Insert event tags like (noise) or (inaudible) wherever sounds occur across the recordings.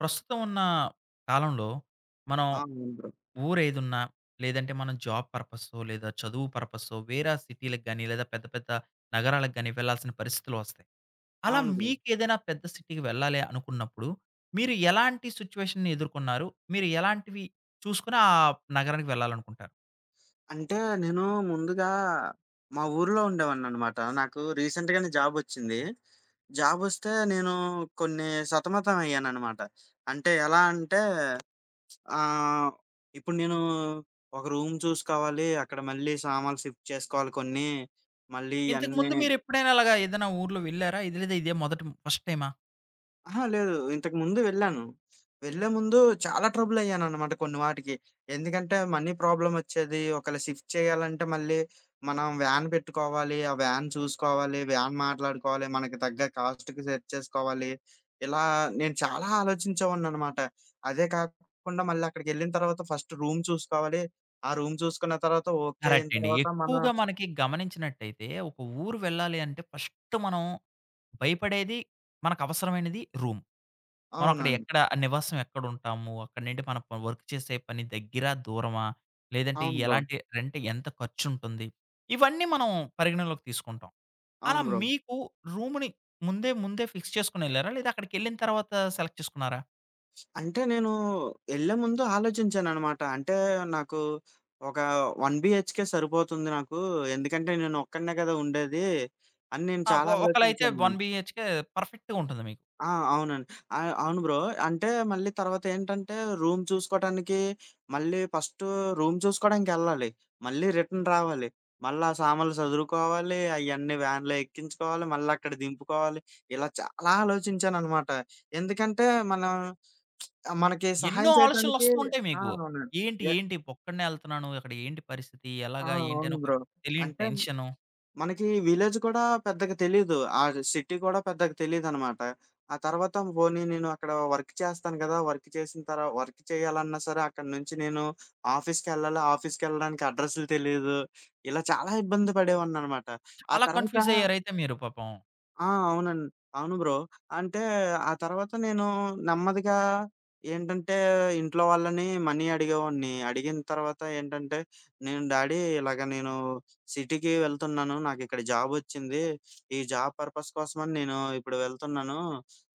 ప్రస్తుతం ఉన్న కాలంలో మనం ఆ! అవును బ్రో. ఊరేదున్నా, లేదంటే మనం జాబ్ పర్పసో, లేదా చదువు పర్పసో వేరే సిటీ‌లకి గాని, లేదా పెద్ద పెద్ద నగరాలకు గాని వెళ్ళాల్సిన పరిస్థితులు వస్తాయి. అలా అవును బ్రో. మీకేదైనా పెద్ద సిటీకి వెళ్ళాలి అనుకున్నప్పుడు, మీరు ఎలాంటి సిట్యుయేషన్‌ని ఎదుర్కొన్నారు? మీరు ఎలాంటివి చూసుకొని ఆ నగరానికి వెళ్ళాలనుకుంటారు? అంటే నేను ముందుగా మా ఊర్లో ఉండేవాడిననమాట. నాకు రీసెంట్‌గానే జాబొచ్చింది. జాబొస్తే నేను కొన్ని సతమతం అయ్యాననమాట. అంటే ఎలా అంటే ఆహ్, ఇప్పుడు నేను ఒక రూమ్ చూసుకోవాలి. అక్కడ మళ్ళీ సామాన్లు షిఫ్ట్ చేసుకోవాలి కొన్ని. మళ్ళీ ఇయన్నీ. ఇంతకుముందు మీరెప్పుడైనా అలాగా ఏదైనా ఊర్లో వెళ్లారా? ఇది లేదా ఇదే మొదటి ఫస్ట్ టైమా? అహా! లేదు. ఇంతకుముందు వెళ్ళాను. వెళ్ళే ముందు చాలా ట్రబుల్ అయ్యాననమాట కొన్ని వాటికి. ఎందుకంటే మనీ ప్రాబ్లమొచ్చేది. ఒకవేళ షిఫ్ట్ చేయాలంటే మళ్ళీ మనం వ్యాన్ పెట్టుకోవాలి. ఆ వ్యాన్ చూసుకోవాలి. వ్యాన్ మాట్లాడుకోవాలి. మనకి తగ్గ కాస్ట్‌కి సెట్ చేసుకోవాలి. ఇలా నేను చాలా ఆలోచించేవాడిననమాట. అదే కాకుండా మళ్ళీ అక్కడికెళ్ళిన తర్వాత ఫస్ట్ రూమ్ చూసుకోవాలి. ఆ రూమ్ చూసుకున్న తర్వాత ఓకే అయిన కరెక్ట్ అండి. తర్వాత మనం. ఎక్కువగా మనకి గమనించినట్టయితే ఒక ఊరు వెళ్ళాలి అంటే ఫస్ట్ మనం భయపడేది మనకవసరమైనది రూమ్. మనం అక్కడ అవునండి. ఎక్కడ ఆ నివాసం ఎక్కడుంటాము? అక్కడి నుండి మన వర్క్ చేసే పని దగ్గర, దూరమా? లేదంటే అవును బ్రో. ఎలాంటి రెంట్ ఎంత ఖర్చుంటుంది? ఇవన్నీ మనం పరిగణనలోకి తీసుకుంటాం. అలా అవును బ్రో. మీకు రూమ్‌ని ముందే ఫిక్స్ చేసుకొనెళ్లారా? లేదా అక్కడికెళ్ళిన తర్వాత సెలెక్ట్ చేసుకున్నారా? అంటే నేను ఎళ్ళే ముందు ఆలోచించాననమాట. అంటే నాకు ఒక 1 బీహెచ్‌కే సరిపోతుంది నాకు. ఎందుకంటే నేను ఒక్కడినే కదా ఉండేది అని నేను ఆ! చాలా ఒ ఒకళైతే ఆలోచించాను. 1 బీహెచ్‌కే పర్ఫెక్ట్‌గా ఉంటుంది మీకు. ఆ! అవునండి. అవును బ్రో. అంటే మళ్ళీ తర్వాతేంటంటే రూమ్ చూసుకోటానికి మళ్ళీ ఫస్ట్ రూమ్ చూసుకోడానికెళ్ళాలి. మళ్ళీ రిటర్న్ రావాలి. మళ్ళా సామాన్లు సదురుకోవాలి. అయన్నీ వ్యాన్‌లో ఎక్కించుకోవాలి. మళ్ళక్కడ దింపుకోవాలి. ఇలా చాలా ఆలోచించాననమాట. ఎందుకంటే మనం మనకి ఎన్నో సహాయం చేయటానికి. ఆలోచనలొస్తూ ఉంటాయి ఆ! మీకు. అవునండి. ఏంటి, ఎ ఏంటి ఒక్కడినే ఎళ్తున్నాను. అక్కడ ఏంటి పరిస్థితి? ఆ! ఎలాగా? ఏంటి? అని అవును ఒక బ్రో. తెలియని అంటే టెన్షను. మనకి విలేజ్ కూడా పెద్దగా తెలీదు. ఆ సిటీ కూడా పెద్దగా తెలీదనమాట. ఆ తర్వాత పోనీ నేను అక్కడ వర్క్ చేస్తాను కదా! వర్క్ చేసిన తర్వా వర్క్ చేయాలన్నా సరే అక్కడి నుంచి నేను ఆఫీస్‌కెళ్ళాలి. ఆఫీస్‌కెళ్ళడానికి అడ్రెస్సులు తెలీదు. ఇలా చాలా ఇబ్బంది పడేవాడిననమాట. ఆ చాలా తర్వాత. కన్‌ఫ్యూజ్ అయ్యారైతే మీరు పాపం. ఆ! అవునండి. అవును బ్రో. అంటే ఆ తర్వాత నేను నెమ్మదిగా ఏంటంటే ఇంట్లో వాళ్ళని మనీ అడిగేవాడిని. అడిగిన తర్వాత ఏంటంటే, "నేను డాడీ ఇలాగ నేను సిటీకి వెళ్తున్నాను. నాకిక్కడ జాబొచ్చింది. ఈ జాబ్ పర్పస్ కోసమని నేను ఇప్పుడు వెళ్తున్నాను.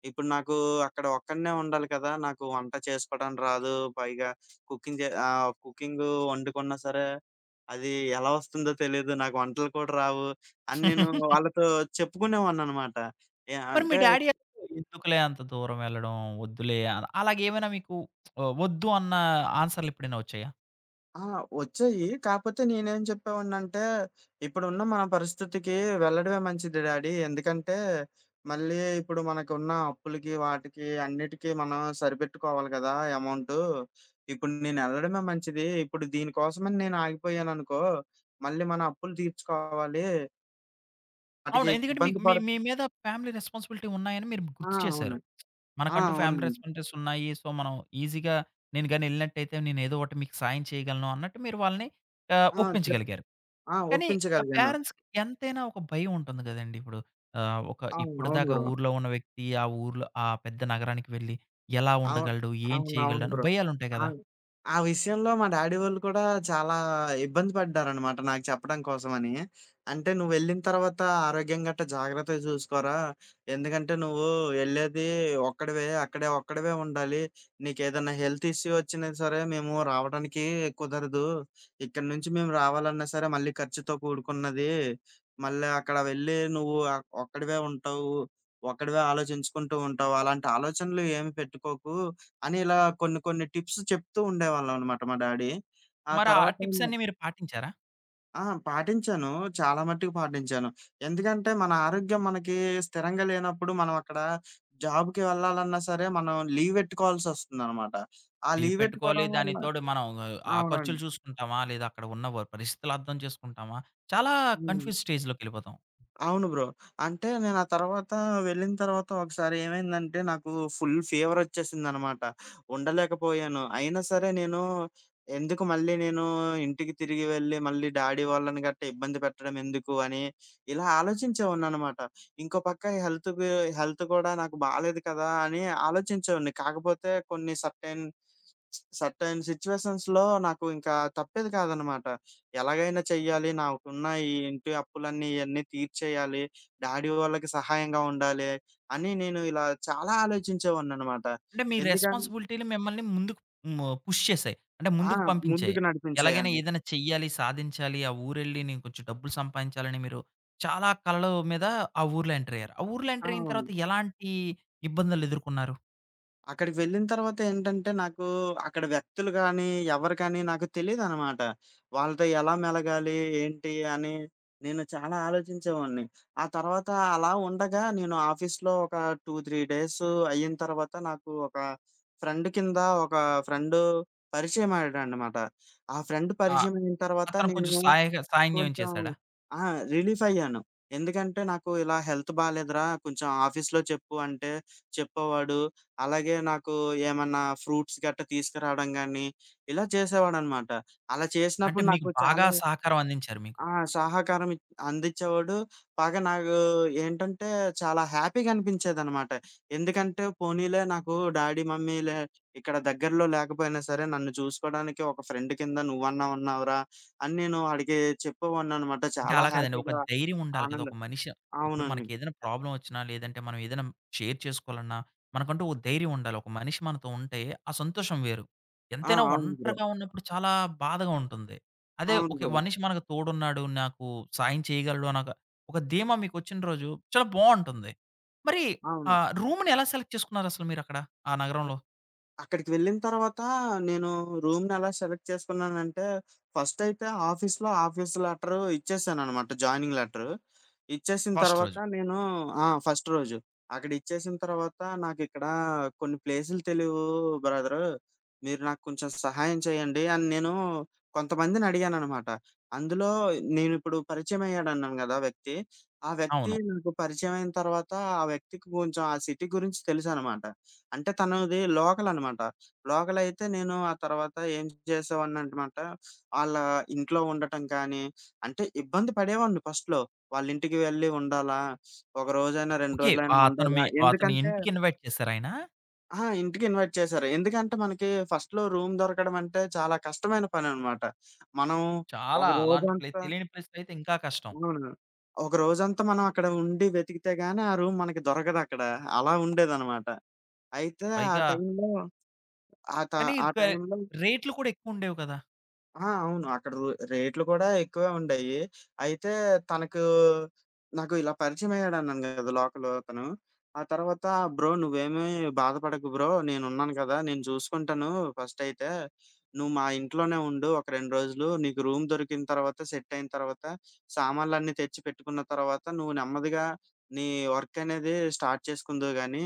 ఇప్పుడు నాకు అక్కడ ఒక్కడినే ఉండాలి కదా! నాకు వంట చేసుకోవడం రాదు. పైగా కుకింగు వండుకున్నా సరే, అది ఎలా వస్తుందో తెలీదు. నాకు వంటలు కూడా రావు. అని నేను వాళ్ళతో చెప్పుకునేవాడిననమాట. మరి మీ అంటే. డ్యాడీ ఎందుకులే అంత దూరం వెళ్ళడం వద్దులే అలాగేమైనా మీకు వద్దు అన్న ఆన్సర్‌లు ఎప్పుడైనా వచ్చాయా? ఆ! వచ్చాయి. కాపోతే నేనేం చెప్పేవాడినంటే, "ఇప్పుడున్న మన పరిస్థితికి వెళ్ళడమే మంచిది డాడీ. ఎందుకంటే, మళ్ళీ ఇప్పుడు మనకున్న అప్పులకి, వాటికి అన్నిటికి మనం సరిపెట్టుకోవాలి కదా! అమౌంటు. ఇప్పుడు నేను ఎళ్ళడమే మంచిది. ఇప్పుడు దీనికోసమని నేను ఆగిపోయాననుకో, మళ్ళీ మన అప్పులు తీర్చుకోవాలి. వాటికి అవును. ఎందుకంటే ఇబ్బంది మీకు మీ పడు". మీ మీద ఫ్యామిలీ రెస్పాన్సిబిలిటీ ఉన్నాయని మీరు ఆ! గుర్తు అవును. చేశారు. ఆ! మనకంటూ ఫ్యామిలీ అవునండి. రెస్పాన్సిబిలిటీస్ ఉన్నాయి. సో, మనం ఈజీగా నేను గాని ఎళ్ళినట్టయితే నేను ఏదో ఒకటి మీకు సాయం చేయగలను అన్నట్టు మీరు వాళ్ళని ఆ! చెప్ ఒప్పించగలిగారు. ఆ! కానీ ఆ ఒప్పించగలిగాను. పేరెంట్స్‌కి ఎంతైనా ఒక భయం ఉంటుంది గదండీ! ఇప్పుడు ఒక అవును. అవును ఇప్పటిదాకా బ్రో. ఊర్లో ఉన్న వ్యక్తి ఆ ఊర్లో ఆ పెద్ద నగరానికి వెళ్ళి ఎలా అవును. ఉండగలడు? ఏం చేయగలడు? అవునవును అని బ్రో. భయాలుంటాయి ఆ! గదా! ఆ విషయంలో మా డ్యాడీ వాళ్ళు కూడా చాలా ఇబ్బంది పడ్డారనమాట నాకు చెప్పడం కోసమని. అంటే "నువ్వెళ్ళిన తర్వాత ఆరోగ్యం గట్టా జాగ్రత్తగా చూసుకోరా. ఎందుకంటే నువ్వు ఎళ్ళేది ఒక్కడివే, అక్కడే ఒక్కడివే ఉండాలి. నీకేదన్నా హెల్త్ ఇష్యూ వచ్చినా సరే మేము రావడానికి కుదరదు. ఇక్కడి నుంచి మేము రావాలన్నా సరే మళ్ళీ ఖర్చుతో కూడుకున్నది. మళ్ళీ అక్కడ వెళ్ళి నువ్వు ఒక్కడివే ఉంటావు." ఒక్కడివే ఆలోచించుకుంటూ ఉంటావు. అలాంటి ఆలోచనలు ఏమి పెట్టుకోకు" అని ఇలా కొన్ని కొన్ని టిప్స్ చెప్తూ ఉండేవాళ్ళనమాట మా డ్యాడీ. ఆ మరి ఆ తర్వాత టిప్సన్నీ మీరు పాటించారా? ఆ! పాటించాను. చాలా మట్టుకు పాటించాను. ఎందుకంటే మన ఆరోగ్యం మనకి స్థిరంగా లేనప్పుడు మనం అక్కడ జాబ్‌కి వెళ్ళాలన్నా సరే మనం లీవ్ పెట్టుకోవాల్సొస్తుందనమాట. ఆ లీవ్ లీవ్ పెట్టుకోవాలి. పెట్టుకోవడం వల్ల. దానికి తోడు మనం ఆ అవునండి. ఖర్చులు చూసుకుంటామా? లేదా అక్కడ ఉన్న పరిస్థితులు అర్థం చేసుకుంటామా? చాలా హ్మ్. కన్‌ఫ్యూజ్ స్టేజ్‌లోకెళ్ళిపోతాం. అవును బ్రో. అంటే నేను ఆ తర్వాత వెళ్ళిన తర్వాత ఒకసారి ఏమైందంటే నాకు ఫుల్ ఫీవర్ వచ్చేసిందనమాట. ఉండలేకపోయాను. అయినా సరే నేను ఎందుకు మళ్ళీ నేను ఇంటికి తిరిగి వెళ్లి మళ్ళీ డ్యాడీ వాళ్ళని గట్టా ఇబ్బంది పెట్టడం ఎందుకు అని ఇలా ఆలోచించేవాడిననమాట. ఇంకో పక్క హెల్త్ కూడా నాకు బాలేదు కదా! అని ఆలోచించేవాడిని. కాకపోతే కొన్ని సర్టెన్ సర్టెన్ సిట్యుయేషన్స్‌లో నాకు ఇంకా తప్పేది కాదనమాట. ఎలాగైనా చెయ్యాలి. నాకున్న ఈ ఇంటి అప్పులన్నీ ఇయన్నీ తీర్చేయాలి. డాడీ వాళ్ళకి సహాయంగా ఉండాలి అని నేను ఇలా చాలా ఆలోచించేవాడిననమాట. అంటే మీ ఎందుకని రెస్పాన్సిబిలిటీలు మిమ్మల్ని ముందుకు హ్మ్. పుష్ చేసాయి. అంటే ఆ! ముందుకు పంపించాయి. ముందుకు ఎలాగైనా నడిపించాయండి. ఏదైనా చెయ్యాలి, సాధించాలి, ఆ ఊరెళ్ళి నేను కొంచెం డబ్బులు సంపాదించాలని మీరు చాలా కలల మీద ఆ ఊర్లో ఎంటర్ అయ్యారు. ఆ ఊర్లో ఆ! ఎంటర్ అయిన అవును. తర్వాత ఎలాంటి ఇబ్బందులు ఎదుర్కొన్నారు? అక్కడికి వెళ్ళిన తర్వాత ఏంటంటే, నాకు అక్కడ వ్యక్తులు గానీ, ఎవరు కానీ నాకు తెలీదనమాట. వాళ్ళతో ఎలా మెలగాలి, ఏంటి అని నేను చాలా ఆలోచించేవాడిని. ఆ తర్వాత అలా ఉండగా నేను ఆఫీస్‌లో ఒక 2, 3 డేస్ అయిన తర్వాత నాకు ఒక ఫ్రెండ్ కింద ఒక ఫ్రెండు పరిచయమయ్యాడనమాట. ఆ ఫ్రెండ్ ఆ! పరిచయమైన తర్వాత అతను నేను కొంచెం సాయం ఏమైనా కొంచెం చేసాడా? ఆ! రిలీఫయ్యాను. ఎందుకంటే, నాకు ఇలా హెల్త్ బాలేదురా! కొంచెం ఆఫీస్‌లో చెప్పు అంటే చెప్పేవాడు. అలాగే నాకు ఏమన్నా ఫ్రూట్స్ గట్టా తీసుకురావడం గానీ, ఇలా చేసేవాడనమాట. అలా అంటే చేసినప్పుడు మీకు నాకు బాగా చాలా సహకారం అందించారు మీకు. ఆ! సహకారం ఇ అందిచ్చేవాడు. బాగా నాకు ఏంటంటే, చాలా హ్యాపీగా అనిపించేదనమాట. ఎందుకంటే, పోనీలే నాకు డాడీ, మమ్మీలే ఇక్కడ దగ్గరలో లేకపోయినా సరే, నన్ను చూసుకోడానికి ఒక ఫ్రెండ్ కింద నువ్వన్నా ఉన్నావురా అని నేను ఆడికి చెప్పేవాడిననమాట. అంటే చాలా అలా కాదండి. ఒక హ్యాపీగా ధైర్యం ఉండాలి కదా! ఆనందం. ఒక మనిషి ఇప్పుడు అవునండి. మనకేదైనా ప్రాబ్లమ్ వచ్చినా, లేదంటే మనం ఏదైనా షేర్ చేసుకోవాలన్నా, మనకంటూ ఓ ధైర్యం ఉండాలి. ఒక మనిషి మనతో ఉంటే ఆ సంతోషం వేరు. ఆ! ఎంతైనా అవును బ్రో. ఒంటరిగా ఉన్నప్పుడు చాలా బాధగా ఉంటుంది. అదే అవును ఓకే. బ్రో. మనిషి మనకు తోడున్నాడు, నాకు సాయం చేయగలడు అనక ఒక ధీమా మీకొచ్చిన రోజు చాలా బావుంటుంది. మరి అవును. రూమ్‌ని ఎలా సెలెక్ట్ చేసుకున్నారసలు మీరక్కడ? ఆ నగరంలో? అక్కడికి వెళ్ళిన తర్వాత నేను రూమ్‌ని ఎలా సెలెక్ట్ చేసుకున్నానంటే, ఫస్ట్ అయితే ఆఫీస్‌లో ఆఫీస్ లెటర్ ఇచ్చేసాననమాట. Joining letter. ఇచ్చేసిన ఫస్ట్ తర్వాత రోజు. నేను. ఆ! ఫస్ట్ రోజు. అక్కడ ఇచ్చేసిన తర్వాత నాకిక్కడ కొన్ని ప్లేసులు తెలివు బ్రదరు. మీరు నాకు కొంచెం సహాయం చేయండి అని నేను కొంతమందిని అడిగాననమాట. అందులో నేనిప్పుడు పరిచయం అయ్యాడన్నాను గదా! వ్యక్తి. ఆ వ్యక్తి అవును. నాకు పరిచయం అయిన తర్వాత ఆ వ్యక్తికి కొంచెం ఆ సిటీ గురించి తెలుసనమాట. అంటే తనది లోకల్ అనమాట. లోకల్ అయితే నేను ఆ తర్వాత ఏం చేసేవాడినంటమాట, ఆళ్ళ ఇంట్లో ఉండటం కానీ, అంటే ఇబ్బంది పడేవాడిని ఫస్ట్‌లో. వాళ్ళింటికి వెళ్లి ఉండాలా? ఒక రోజైనా, 2 ఓకే. రోజులైనా అతను ఉండాలా? మీ అతని ఎందుకంటే. ఇంటికి ఇన్వైట్ చేసారాయన? ఆ! ఇంటికి ఇన్వైట్ చేశారు. ఎందుకంటే మనకి ఫస్ట్‌లో రూమ్ దొరకడం అంటే చాలా కష్టమైన పననమాట. మనం ఒక చాలా అలాంటి ప్లేస్ రోజంతా. తెలియని ప్లేస్‌లో అయితే ఇంకా కష్టం. అవును. ఒక రోజంతా మనం అక్కడ ఉండి వెతికితే గాని ఆ రూమ్ మనకి దొరకదక్కడ. అలా ఉండేదనమాట. అయితే ఆ పైగా టైంలో ఆ త కానీ ఆ క టైంలో రేట్లు కూడా ఎక్కువుండేవి కదా! ఆ! అవును. అక్కడ రేట్లు కూడా ఎక్కువే ఉండేయి. అయితే తనకు నాకు ఇలా పరిచయమయ్యాడన్నాను గదా! లోకల్ అతను. ఆ తర్వాత "బ్రో నువ్వేమి బాధపడకు బ్రో. నేనున్నాను కదా! నేను చూసుకుంటాను ఫస్టయితే. నువ్వు మా ఇంట్లోనే ఉండు ఒక 2 రోజులు. నీకు రూమ్ దొరికిన తర్వాత, సెట్ అయిన తర్వాత, సామాన్లన్నీ తెచ్చి పెట్టుకున్న తర్వాత, నువ్వు నెమ్మదిగా నీ వర్క్ అనేది స్టార్ట్ చేసుకుందువు గానీ,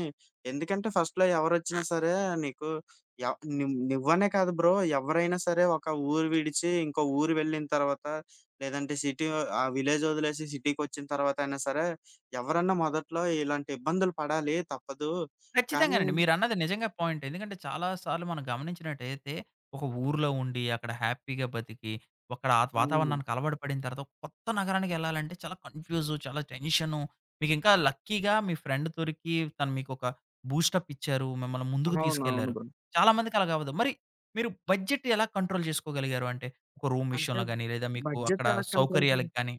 ఎందుకంటే ఫస్ట్‌లో ఎవరొచ్చినా సరే నీకు". యవ్ నువ్ నువ్వనే కాదు బ్రో. ఎవరైనా సరే ఒక ఊరు విడిచి ఇంకో ఊరు వెళ్ళిన తర్వాత, లేదంటే ఆ విలేజ్ వదిలేసి సిటీకొచ్చిన తర్వాత అయినా సరే, ఎవరన్నా మొదట్లో ఇలాంటి ఇబ్బందులు పడాలి తప్పదు. కానీ. ఖచ్చితంగానండి. మీరన్నది నిజంగా పాయింట్. ఎందుకంటే చాలా సార్లు మనం గమనించినట్టయితే, ఒక ఊర్లో ఉండి అక్కడ హ్యాపీగా బతికి, అక్కడ ఆ అవును. వాతావరణానికి అలవాటు పడిన తర్వాత ఒక కొత్త నగరానికెళ్ళాలంటే చాలా కన్‌ఫ్యూజు, చాలా టెన్షను. మీకింకా లక్కీగా మీ ఫ్రెండ్ దొరికి తను మీకొక బూస్టప్ ఇచ్చారు. మిమ్మల్ని ముందుకు అవునవును తీసుకెళ్లారు. బ్రో. చాలా మందికి అలాగ అవ్వదు. మరి మీరు బడ్జెట్ ఎలా కంట్రోల్ చేసుకోగలిగారు? అంటే ఒక రూమ్ అంటే విషయంలో గాని, లేదా మీకు అక్కడ బడ్జెట్ ఎలా కంట్రోల్ చే సౌకర్యాలకి గాని,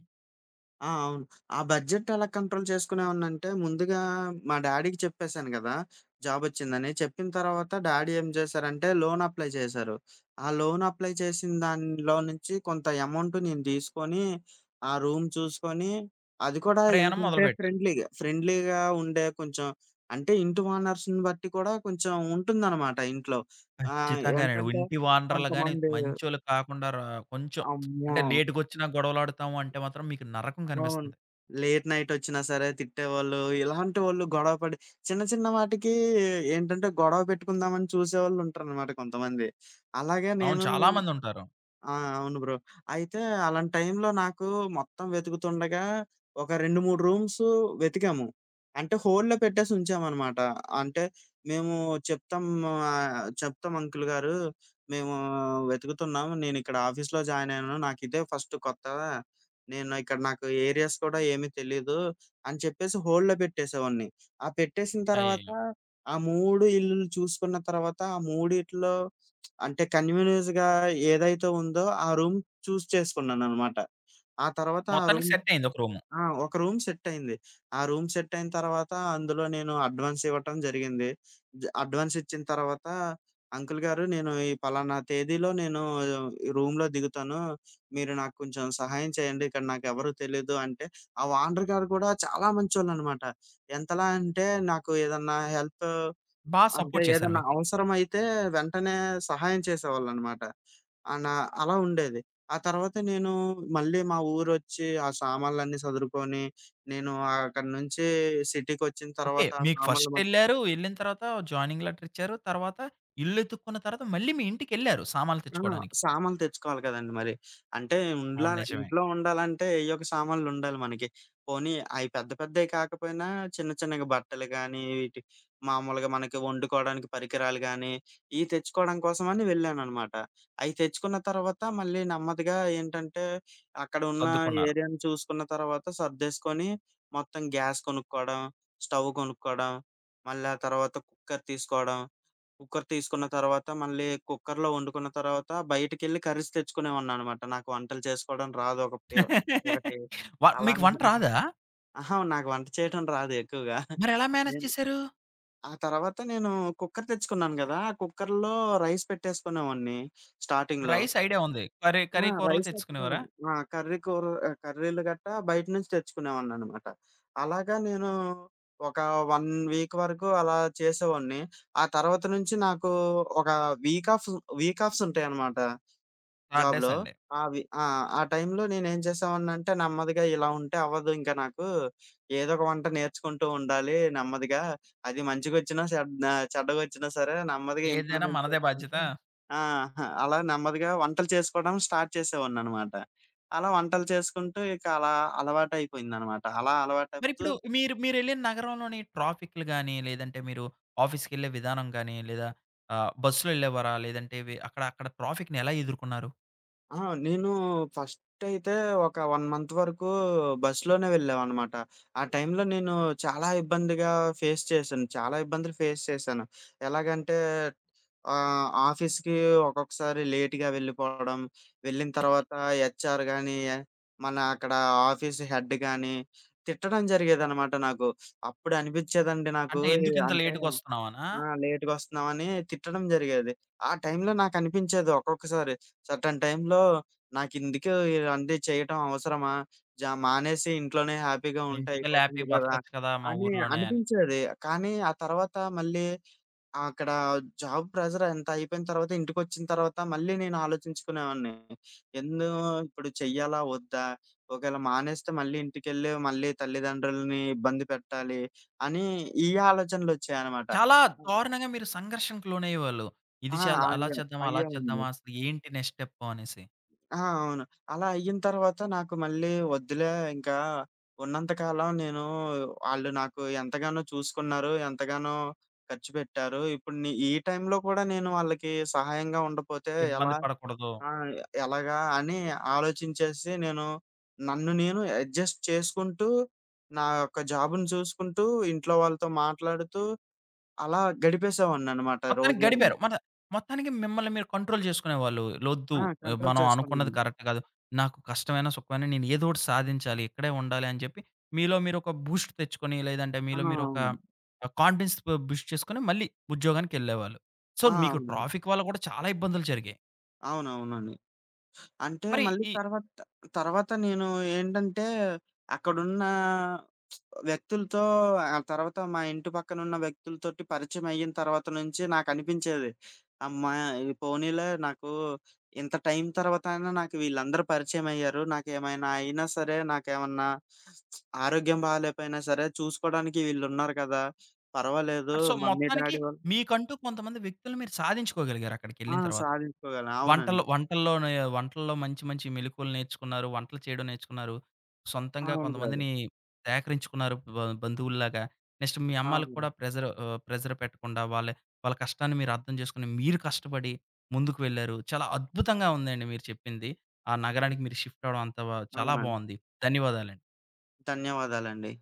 ఆ! అవును. ఆ బడ్జెట్ ఎలా కంట్రోల్ చేసుకునేవాడినంటే, ముందుగా మా డాడీకి చెప్పేసాను గదా! జాబొచ్చిందని. చెప్పిన తర్వాత డాడీ ఏం జేశారంటే, లోన్ అప్లై చేశారు. ఆ లోన్ అప్లై చేసిన దానిలో నుంచి కొంత అమౌంట్ నేను తీసుకొని, ఆ రూమ్ చూసుకొని, అది కూడా ప్రయాణం ఏంటంటే మొదలుపెట్టారు. ఫ్రెండ్లీగా ఉండే కొంచెం. అంటే ఇంటి ఓనర్స్‌ని బట్టి కూడా కొంచెం ఉంటుందనమాట ఇంట్లో. ఖచ్చితంగానండి. ఏంటంటే ఇంటి వానరలు గాని కొంతమంది. మంచోళ్ళు కాకుండా రా కొంచెం అమ్మో! అంటే లేట్‌గొచ్చినా గొడవలాడుతాము అంటే మాత్రం మీకు నరకం అవును. కనిపిస్తుంది. లేట్ నైటొచ్చినా సరే తిట్టేవాళ్ళు. ఇలాంటి వాళ్ళు గొడవ పడి చిన్న చిన్న వాటికి ఏంటంటే గొడవ పెట్టుకుందామని చూసేవాళ్ళుంటారనమాట కొంతమంది. అలాగే అవును. నేను. చాలా మందుంటారు. ఆ! అవును బ్రో. అయితే అలాంటి టైంలో నాకు మొత్తం వెతుకుతుండగా ఒక 2, 3 రూమ్స్ వెతికాము. అంటే హోల్డ్‌లో పెట్టేసి ఉంచామనమాట. అంటే మేము చెప్తాం. "చెప్తాం అంకుల్ గారు, మేము వెతుకుతున్నాం. నేనిక్కడ ఆఫీస్‌లో జాయిన్ అయ్యాను. నాకిదే ఫస్ట్ కొత్త. నేను ఇక్కడ నాకు ఏరియాస్ కూడా ఏమీ తెలీదు" అని చెప్పేసి హోల్డ్‌లో పెట్టేసేవాడిని. ఆ పెట్టేసిన తర్వాత అయ్యయ్యో! ఆ 3 ఇల్లులు చూసుకున్న తర్వాత ఆ మూడిట్లో అంటే కన్వీనియన్స్‌గా ఏదైతే ఉందో ఆ రూమ్ చూజ్ చేసుకున్నాననమాట. ఆ తర్వాత ఆ మొత్తానికి రూమ్. సెట్ అయింది ఒక రూము. ఆ! ఒక రూమ్ సెట్టయింది. ఆ రూమ్ సెట్టయిన తర్వాత అందులో నేను అడ్వాన్స్ ఇవ్వటం జరిగింది. అడ్వాన్స్ ఇచ్చిన తర్వాత అంకుల్ గారు నేను ఈ పలానా తేదీలో నేను ఈ రూమ్‌లో దిగుతాను. మీరు నాకు కొంచెం సహాయం చేయండి. ఇక్కడ నాకెవరు తెలీదు అంటే ఆ ఓనర్ గారు కూడా చాలా మంచోళ్ళనమాట. ఎంతలా అంటే నాకు ఏదన్నా హెల్ప్. బా అంటే సపోర్ట్ చేశారు ఏదన్నా మీకు. అవసరమైతే వెంటనే సహాయం చేసేవాళ్ళనమాట. నా అలా ఉండేది. ఆ తర్వాత నేను మళ్ళీ మా ఊరొచ్చి ఆ సామాన్లన్నీ సదురుకొని, నేను అక్కడి నుంచి సిటీకొచ్చిన ఓకే. తర్వాత ఆ మీకు సామాన్లు ఫస్ట్ ఎళ్లారు. ఎళ్ళిన తర్వాత జాయినింగ్ లెటర్ ఇచ్చారు. తర్వాత ఇల్లు ఎతుక్కున్న తర్వాత మళ్ళీ మీ ఇంటికెళ్లారు సామాన్లు ఆ! తెచ్చుకోవడానికి. సామాన్లు తెచ్చుకోవాలి కదండీ మరి. అంటే అవును. ఉండ్లాల నిజమే. ఇంట్లో ఉండాలంటే ఏయ్యో ఒక సామాన్లుండాలి మనకి. పోనీ అయి పెద్ద పెద్దయి కాకపోయినా చిన్న చిన్నగా బట్టలు గానీ, మామూలుగా మనకి వండుకోవడానికి పరికరాలు గానీ, ఇయి తెచ్చుకోవడం కోసమని వెళ్ళాననమాట. అయి తెచ్చుకున్న తర్వాత మళ్ళీ నెమ్మదిగా ఏంటంటే, అక్కడ ఉన్న సర్దుకున్నారు. ఏరియాని చూసుకున్న తర్వాత సర్దేసుకొని మొత్తం గ్యాస్ కొనుక్కోవడం, స్టవ్ కొనుక్కోవడం, మళ్ళీ ఆ తర్వాత కుక్కర్ తీసుకోవడం కుక్కర్ తీసుకున్న తర్వాత, మళ్ళీ కుక్కర్‌లో వండుకున్న తర్వాత, బయటికెళ్ళి కర్రీస్ తెచ్చుకునేవాడిననమాట. నాకు వంటలు చేసుకోవడం రాదు ఒకటి ఒకటి. (laughs) అలా మీకు వంట (laughs) రాదా? అహా! నాకు వంట చేయడం రాదు ఎక్కువగా. మరెలా మేనేజ్ నేను చేశారు? ఆ తర్వాత నేను కుక్కర్ తెచ్చుకున్నాను గదా! ఆ కుక్కర్‌లో రైస్ పెట్టేసుకునేవాడిని స్టార్టింగ్‌లో. రైస్ ఐడియా ఉంది. కర్రీ ఆ! కర్రీ కూరలు రైస్ తెచ్చుకునేవారా? తెచ్చుకోవడమే. ఆ! కర్రీలు గట్టా బయట నుంచి తెచ్చుకునేవాడిననమాట. అలాగా నేను ఒక 1 వీక్ వరకు అలా చేసేవాడిని. ఆ తర్వాత నుంచి నాకు ఒక వీక్ ఆఫ్ వీక్ ఆఫ్స్ ఉంటాయనమాట. సాటర్‌డే, జాబ్‌లో. సండే. అవి. ఆ! ఆ టైంలో నేనేం చేసేవాడినంటే నెమ్మదిగా ఇలా ఉంటే అవ్వదు ఇంక నాకు. ఏదో ఒక వంట నేర్చుకుంటూ ఉండాలి నెమ్మదిగా. అది మంచిగొచ్చినా చెడ్డగొచ్చినా సరే నెమ్మదిగా ఏదైనా ఇంప్లిమెంట్ మనదే బాధ్యత. చేసుకుంటూ. ఆ! హా! అలా నెమ్మదిగా వంటలు చేసుకోవడం స్టార్ట్ చేసేవాడిననమాట. అలా వంటలు చేసుకుంటూ ఇక అలా అలవాటయిపోయిందనమాట. అలా అలవాటవుతూ. మరిప్పుడు మీరెళ్ళిన నగరంలోని ట్రాఫిక్‌లు గాని, లేదంటే మీరు ఆఫీస్‌కెళ్ళే విధానం గాని, లేదా బస్సులో ఎళ్ళేవారా? లేదంటే వి అక్కడ అక్కడ ట్రాఫిక్‌ని ఎలా ఎదుర్కొన్నారు? ఆ! నేను ఫస్టయితే ఒక 1 మంత్ వరకు బస్‌లోనే వెళ్ళామనమాట. ఆ టైంలో నేను చాలా ఇబ్బందిగా ఫేస్ చేశాను. చాలా ఇబ్బందులు ఫేస్ చేశాను. ఎలాగంటే ఆఫీస్‌కి ఒక్కొక్కసారి లేట్‌గా వెళ్ళిపోవడం, వెళ్ళిన తర్వాత హెచ్ఆర్ గాని, మన అక్కడ ఆఫీస్ హెడ్ గాని తిట్టడం జరిగేదనమాట నాకు. అప్పుడు అనిపిచ్చేదండి నాకు. అంటే ఎందుకింత అంటే. లేట్‌గొస్తున్నావనా? ఆ! లేట్‌గొస్తున్నామని తిట్టడం జరిగేది. ఆ టైంలో నాకనిపించేది ఒక్కొక్కసారి సర్టెన్ టైంలో నాకెందుకు ఇవన్నీ చేయటం అవసరమా? మానేసి ఇంట్లోనే హ్యాపీగా ఉంటే ఇంటికెళ్ళి అయిపోతుంది హ్యాపీగా గదా! బతకచ్చు కదా! మా అని ఊర్లోనే అని. అనిపించేది. కానీ ఆ తర్వాత మళ్ళీ అక్కడ జాబ్ ప్రెషర్ ఎంత అయిపోయిన తర్వాత ఇంటికొచ్చిన తర్వాత మళ్ళీ నేను ఆలోచించుకునేవాడిని. ఎందు ఇప్పుడు చెయ్యాలా? వద్దా? ఒకవేళ మానేస్తే మళ్ళీ ఇంటికెళ్ళి మళ్ళీ తల్లిదండ్రులని ఇబ్బంది పెట్టాలి అని ఈ ఆలోచనలొచ్చాయనమాట. చాలా దారుణంగా మీరు సంఘర్షణకు లోనయ్యేవాళ్ళు. ఇది ఆ! చాలా అలా అయ్యాం. చేద్దామా? అలా అయ్యామండి. చేద్దామా? అసలు ఏంటి నెక్స్ట్ స్టెప్పు అనేసి? ఆ! అవును. అలా అయిన తర్వాత నాకు మళ్ళీ వద్దులే ఇంకా ఉన్నంత కాలం నేను ఆళ్ళు నాకు ఎంతగానో చూసుకున్నారు, ఎంతగానో ఖర్చు పెట్టారు. ఇప్పుడు ఈ టైంలో కూడా నేను వాళ్ళకి సహాయంగా ఉండపోతే ఎలా. ఇబ్బంది పడకూడదు. ఆ! ఎలాగా అని ఆలోచించేసి నేను నన్ను నేను అడ్జస్ట్ చేసుకుంటూ, నా యొక్క జాబ్‌ని చూసుకుంటూ, ఇంట్లో వాళ్ళతో మాట్లాడుతూ అలా గడిపేసేవాడిననమాట మొత్తానికి రోజులన్నీ. గడిపారు. మన మొత్తానికి మిమ్మల్ని మీరు కంట్రోల్ చేసుకునేవాళ్ళు. లొద్దు ఆ! కంట్రోల్ మనం అనుకున్నది చేసుకున్నాను. కరెక్ట్ కాదు. నాకు కష్టమైన, సుఖమైన నేను ఏదో ఒకటి సాధించాలి. ఇక్కడే ఉండాలి అని చెప్పి మీలో మీరు ఒక బూస్ట్ తెచ్చుకొని, లేదంటే ఆ! మీలో మీరు ఒక అవును. కాన్ఫిడెన్స్ బూస్ట్ చేసుకొని మళ్ళీ ఉద్యోగానికెళ్ళేవాళ్ళు. సో, ఆ! మీకు అవునండి. ట్రాఫిక్ వల్ల కూడా చాలా ఇబ్బందులు జరిగాయి. అవునవునండి. అంటే మరి మళ్ళీ ఈ తర్వాత తర్వాత నేను ఏంటంటే అక్కడున్న వ్యక్తులతో ఆ తర్వాత మా ఇంటి పక్కనున్న వ్యక్తులతోటి పరిచయం అయిన తర్వాత నుంచి నాకనిపించేది. అమ్మా! ఇది పోనీలే నాకు ఇంత టైం తర్వాత అయినా నాకు వీళ్ళందరూ పరిచయం అయ్యారు. నాకేమైనా అయినా సరే, నాకేమన్నా ఆరోగ్యం బాలేపోయినా సరే చూసుకోవడానికి వీళ్ళున్నారు కదా! పర్వాలేదు సో, మమ్మీ, మొత్తానికి డ్యాడీ వాళ్ళు. మీకంటూ కొంతమంది వ్యక్తుల్ని మీరు సాధించుకోగలిగారు ఆ! అక్కడికెళ్ళిన తర్వాత. సాధించుకోగలను. అవునండి. వంటలు వంటల్లోనే వంటల్లో మంచి మంచి మెళకువలు నేర్చుకున్నారు. వంటలు చేయడం నేర్చుకున్నారు. సొంతంగా అవును బ్రదర్. కొంతమందిని సేకరించుకున్నారు బంధువుల్లాగా. నెక్స్ట్ మీ అవును అమ్మాళ్ళకి కూడా బ్రదర్. ప్రెషర్ ప్రెషర్ పెట్టకుండా వాళ్ళ వాళ్ళ కష్టాన్ని మీరు అర్థం చేసుకొని, మీరు కష్టపడి ముందుకు వెళ్లారు. చాలా అద్భుతంగా ఉందండి మీరు చెప్పింది. ఆ నగరానికి హ్మ్. మీరు షిఫ్ట్ అవ్వడం అంతా చాలా అవునండి. బావుంది. ధన్యవాదాలండి. ధన్యవాదాలండి.